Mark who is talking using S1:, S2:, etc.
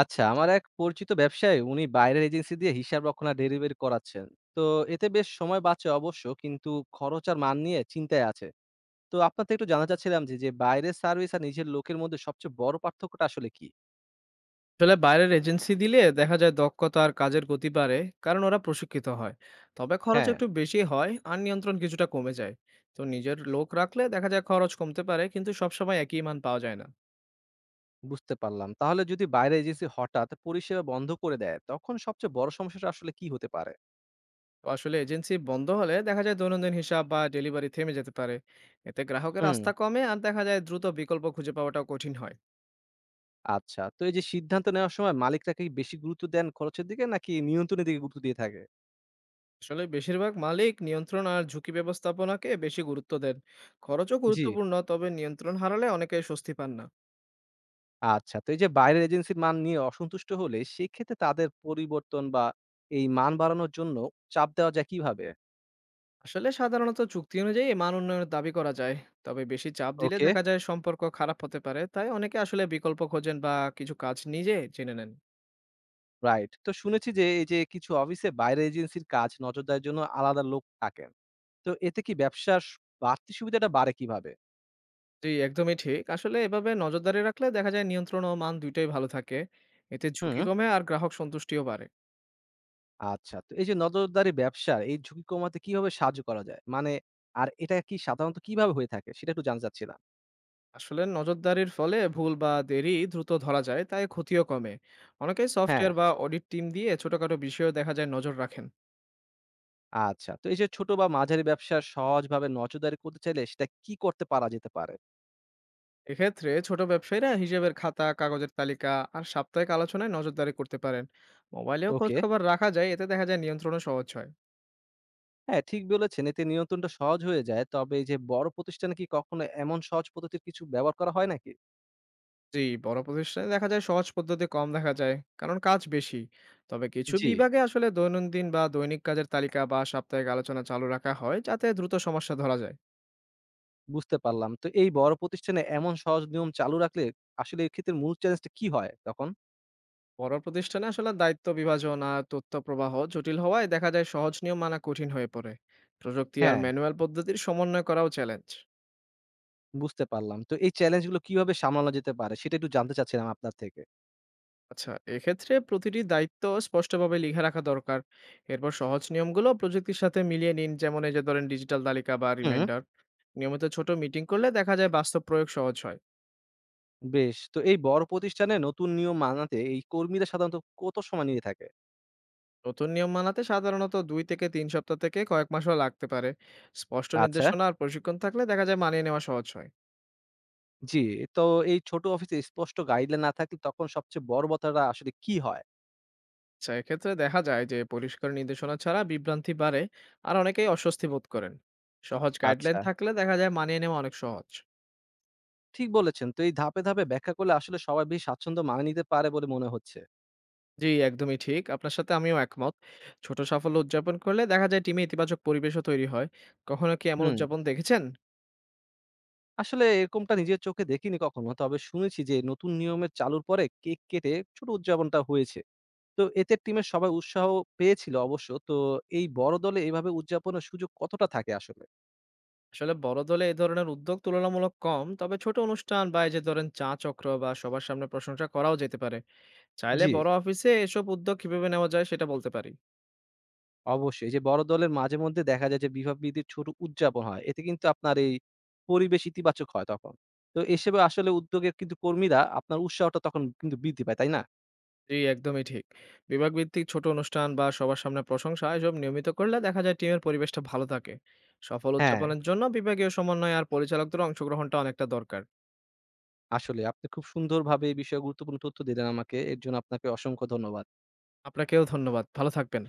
S1: আচ্ছা, আমার এক পরিচিত ব্যবসায়ী উনি বাইরের এজেন্সি দিয়ে হিসাব রক্ষণা ডেলিভারি করাচ্ছেন। তো এতে বেশ সময় বাঁচে অবশ্য, কিন্তু খরচ আর মান নিয়ে চিন্তায় আছে। তো আপনার থেকে একটু জানতে চাচ্ছিলাম যে, যে বাইরের সার্ভিস আর নিজের লোকের মধ্যে সবচেয়ে বড় পার্থক্যটা আসলে কি?
S2: আসলে বাইরের এজেন্সি দিলে দেখা যায় দক্ষতা আর কাজের গতি বাড়ে, কারণ ওরা প্রশিক্ষিত হয়। তবে খরচ
S1: হ্যাঁ,
S2: একটু বেশি হয় আর নিয়ন্ত্রণ কিছুটা কমে যায়। তো নিজের লোক রাখলে দেখা যায় খরচ কমতে পারে, কিন্তু সবসময় একই মান পাওয়া যায় না।
S1: বুঝতে পারলাম। তাহলে যদি বাইরের এজেন্সি হঠাৎ পরিষেবা বন্ধ করে দেয়, তখন সবচেয়ে বড় সমস্যাটা আসলে কি হতে পারে?
S2: তো আসলে এজেন্সি বন্ধ হলে দেখা যায় দৈনন্দিন হিসাব বা ডেলিভারি থেমে যেতে পারে। এতে গ্রাহকের
S1: হুম,
S2: আস্থা কমে আর দেখা যায় দ্রুত বিকল্প খুঁজে পাওয়াটাও কঠিন হয়।
S1: আচ্ছা। তো এই যে সিদ্ধান্ত নেওয়ার সময় মালিকরা কি বেশি গুরুত্ব দেন খরচের দিকে নাকি নিয়ন্ত্রণের দিকে গুরুত্ব দিয়ে থাকে?
S2: আসলে বেশিরভাগ মালিক নিয়ন্ত্রণ আর ঝুঁকি ব্যবস্থাপনাকে বেশি গুরুত্ব দেন। খরচও
S1: জি।
S2: গুরুত্বপূর্ণ, তবে নিয়ন্ত্রণ হারালে অনেকে স্বস্তি পান না।
S1: আচ্ছা। তো এই যে বাইরের এজেন্সির মান নিয়ে অসন্তুষ্ট হলে সেক্ষেত্রে তাদের পরিবর্তন বা এই মান বাড়ানোর জন্য চাপ দেওয়া যায় কিভাবে?
S2: আসলে সাধারণত চুক্তি অনুযায়ী মান উন্নয়নের দাবি করা যায়। তবে বেশি চাপ দিলে
S1: ওকে।
S2: দেখা যায় সম্পর্ক খারাপ হতে পারে, তাই অনেকে আসলে বিকল্প খোঁজেন বা কিছু কাজ নিজে জেনে নেন।
S1: রাইট। তো শুনেছি যে এই যে কিছু অফিসে বাইরের এজেন্সির কাজ নজরদারির জন্য আলাদা লোক থাকেন। তো এতে কি ব্যবসার বাড়তি সুবিধাটা বাড়ে কিভাবে?
S2: জি, একদমই ঠিক। আসলে এভাবে নজরদারি রাখলে দেখা যায় নিয়ন্ত্রণ ও মান দুইটাই ভালো থাকে। এতে
S1: হুম।
S2: ঝুঁকি কমে আর গ্রাহক সন্তুষ্টিও বাড়ে।
S1: আচ্ছা। তো এই যে নজরদারি ব্যবসার এই ঝুঁকি কমাতে কিভাবে সাহায্য করা যায়? মানে আর এটা কি সাধারণত কিভাবে হয়ে থাকে? সেটা একটু জানতে চাচ্ছিলাম।
S2: আসলে নজরদারির ফলে ভুল বা দেরি দ্রুত ধরা যায়, তাই ক্ষতিও কমে। অনেকেই
S1: হ্যাঁ।
S2: সফটওয়্যার বা অডিট টিম দিয়ে ছোটখাটো বিষয়েও দেখা যায় নজর রাখেন।
S1: আচ্ছা। তো এই যে ছোট বা মাঝারি ব্যবসা সহজভাবে নজরদারি করতে চাইলে সেটা কি করতে পারা যেতে পারে?
S2: এক্ষেত্রে ছোট ব্যবসায়ীরা হিসেবের খাতা, কাগজের তালিকা আর সাপ্তাহিক আলোচনায় নজরদারি করতে পারেন। মোবাইলেও খোঁজ
S1: ওকে।
S2: খবর রাখা যায়, এতে দেখা যায় নিয়ন্ত্রণও সহজ হয়।
S1: হ্যাঁ, ঠিক বলেছেন। এতে নিয়ন্ত্রণটা সহজ হয়ে যায়। তবে এই যে বড় প্রতিষ্ঠানে কি কখনো এমন সহজ পদ্ধতির কিছু ব্যবহার করা হয় নাকি?
S2: জি, বড় প্রতিষ্ঠানে দেখা যায় সহজ পদ্ধতি কম দেখা যায়, কারণ কাজ বেশি। তবে কিছু
S1: জি,
S2: বিভাগে আসলে দৈনন্দিন বা দৈনিক কাজের তালিকা বা সাপ্তাহিক আলোচনা চালু রাখা হয়, যাতে দ্রুত সমস্যা ধরা যায়।
S1: বুঝতে পারলাম। তো এই বড় প্রতিষ্ঠানে এমন সহজ নিয়ম চালু রাখলে আসলে এক্ষেত্রে মূল চ্যালেঞ্জটা কি হয় তখন?
S2: বড় প্রতিষ্ঠানে আসলে দায়িত্ব বিভাজন আর তথ্য প্রবাহ জটিল হওয়ায় দেখা যায় সহজ নিয়ম মানা কঠিন হয়ে পড়ে। প্রযুক্তি আর
S1: হ্যাঁ,
S2: ম্যানুয়াল পদ্ধতির সমন্বয় করাও চ্যালেঞ্জ।
S1: বুঝতে পারলাম। তো এই চ্যালেঞ্জগুলো কিভাবে সামলানো যেতে পারে সেটা একটু জানতে চাচ্ছিলাম আপনার থেকে।
S2: আচ্ছা, এক্ষেত্রে প্রতিটি দায়িত্ব স্পষ্টভাবে লিখে রাখা দরকার। এরপর সহজ নিয়মগুলো প্রযুক্তির সাথে মিলিয়ে নিন। যেমন এই যে ধরেন ডিজিটাল তালিকা বা
S1: হুম।
S2: রিমাইন্ডার। নিয়মিত ছোট মিটিং করলে দেখা যায় বাস্তব প্রয়োগ সহজ হয়।
S1: বেশ। তো এই বড় প্রতিষ্ঠানে নতুন নিয়ম মানাতে এই কর্মীরা সাধারণত কত সময় নিয়ে থাকে?
S2: নতুন নিয়ম মানাতে সাধারণত ২ থেকে ৩ সপ্তাহ থেকে কয়েক মাসও লাগতে পারে। স্পষ্ট
S1: আচ্ছা।
S2: নির্দেশনা আর প্রশিক্ষণ থাকলে দেখা যায় মানিয়ে নেওয়া সহজ হয়।
S1: জি, তো এই ছোট অফিসে স্পষ্ট গাইডলাইন না থাকলে তখন সবচেয়ে বড় বাধাটা আসলে কি হয়?
S2: আচ্ছা, এক্ষেত্রে দেখা যায় যে পরিষ্কার নির্দেশনা ছাড়া বিভ্রান্তি বাড়ে আর অনেকেই অস্বস্তি বোধ করেন। সহজ গাইডলাইন
S1: আচ্ছা।
S2: থাকলে দেখা যায় মানিয়ে নেওয়া অনেক সহজ।
S1: ঠিক বলেছেন। তো এই ধাপে ধাপে ব্যাখ্যা করলে আসলে সবাই বেশ স্বাচ্ছন্দ্য মানিয়ে নিতে পারে বলে মনে হচ্ছে।
S2: জি, একদমই ঠিক। আপনার সাথে আমিও একমত। ছোট সাফল্য উদযাপন করলে দেখা যায় টিমে ইতিবাচক পরিবেশও তৈরি হয়। কখনো কি এমন
S1: হুম।
S2: উদযাপন দেখেছেন?
S1: আসলে এরকমটা নিজের চোখে দেখিনি কখনো। তবে শুনেছি যে নতুন নিয়মের চালুর পরে কেক কেটে ছোট উদযাপনটা হয়েছে। তো এতে টিমের সবাই উৎসাহ পেয়েছিল অবশ্য। তো এই বড় দলে এভাবে উদযাপনের সুযোগ কতটা থাকে আসলে?
S2: আসলে বড় দলে এ ধরনের উদ্যোগ তুলনামূলক কম। তবে ছোট অনুষ্ঠান বা এই যে ধরেন চা চক্র বা সবার সামনে প্রশংসা করাও যেতে পারে। চাইলে
S1: জি।
S2: বড় অফিসে এসব উদ্যোগ কিভাবে নেওয়া যায় সেটা বলতে পারি।
S1: অবশ্যই। এই যে বড় দলের মাঝে মধ্যে দেখা যায় যে বিভাববিধির ছোট উদযাপন হয়। এতে কিন্তু আপনার এই পরিবেশ ইতিবাচক হয় তখন। তো এসবে আসলে উদ্যোগের কিন্তু কর্মীরা আপনার উৎসাহটা তখন কিন্তু বৃদ্ধি পায়, তাই না?
S2: জি, একদমই ঠিক। বিভাগভিত্তিক ছোট অনুষ্ঠান বা সবার সামনে প্রশংসা এসব নিয়মিত করলে দেখা যায় টিমের পরিবেশটা ভালো থাকে। সফল
S1: হ্যাঁ।
S2: উদযাপনের জন্য বিভাগীয় সমন্বয় আর পরিচালকদের অংশগ্রহণটা অনেকটা দরকার।
S1: আসলে আপনি খুব সুন্দরভাবে এই বিষয়ে গুরুত্বপূর্ণ তথ্য দিলেন আমাকে। এর জন্য আপনাকে অসংখ্য ধন্যবাদ।
S2: আপনাকেও ধন্যবাদ। ভালো থাকবেন।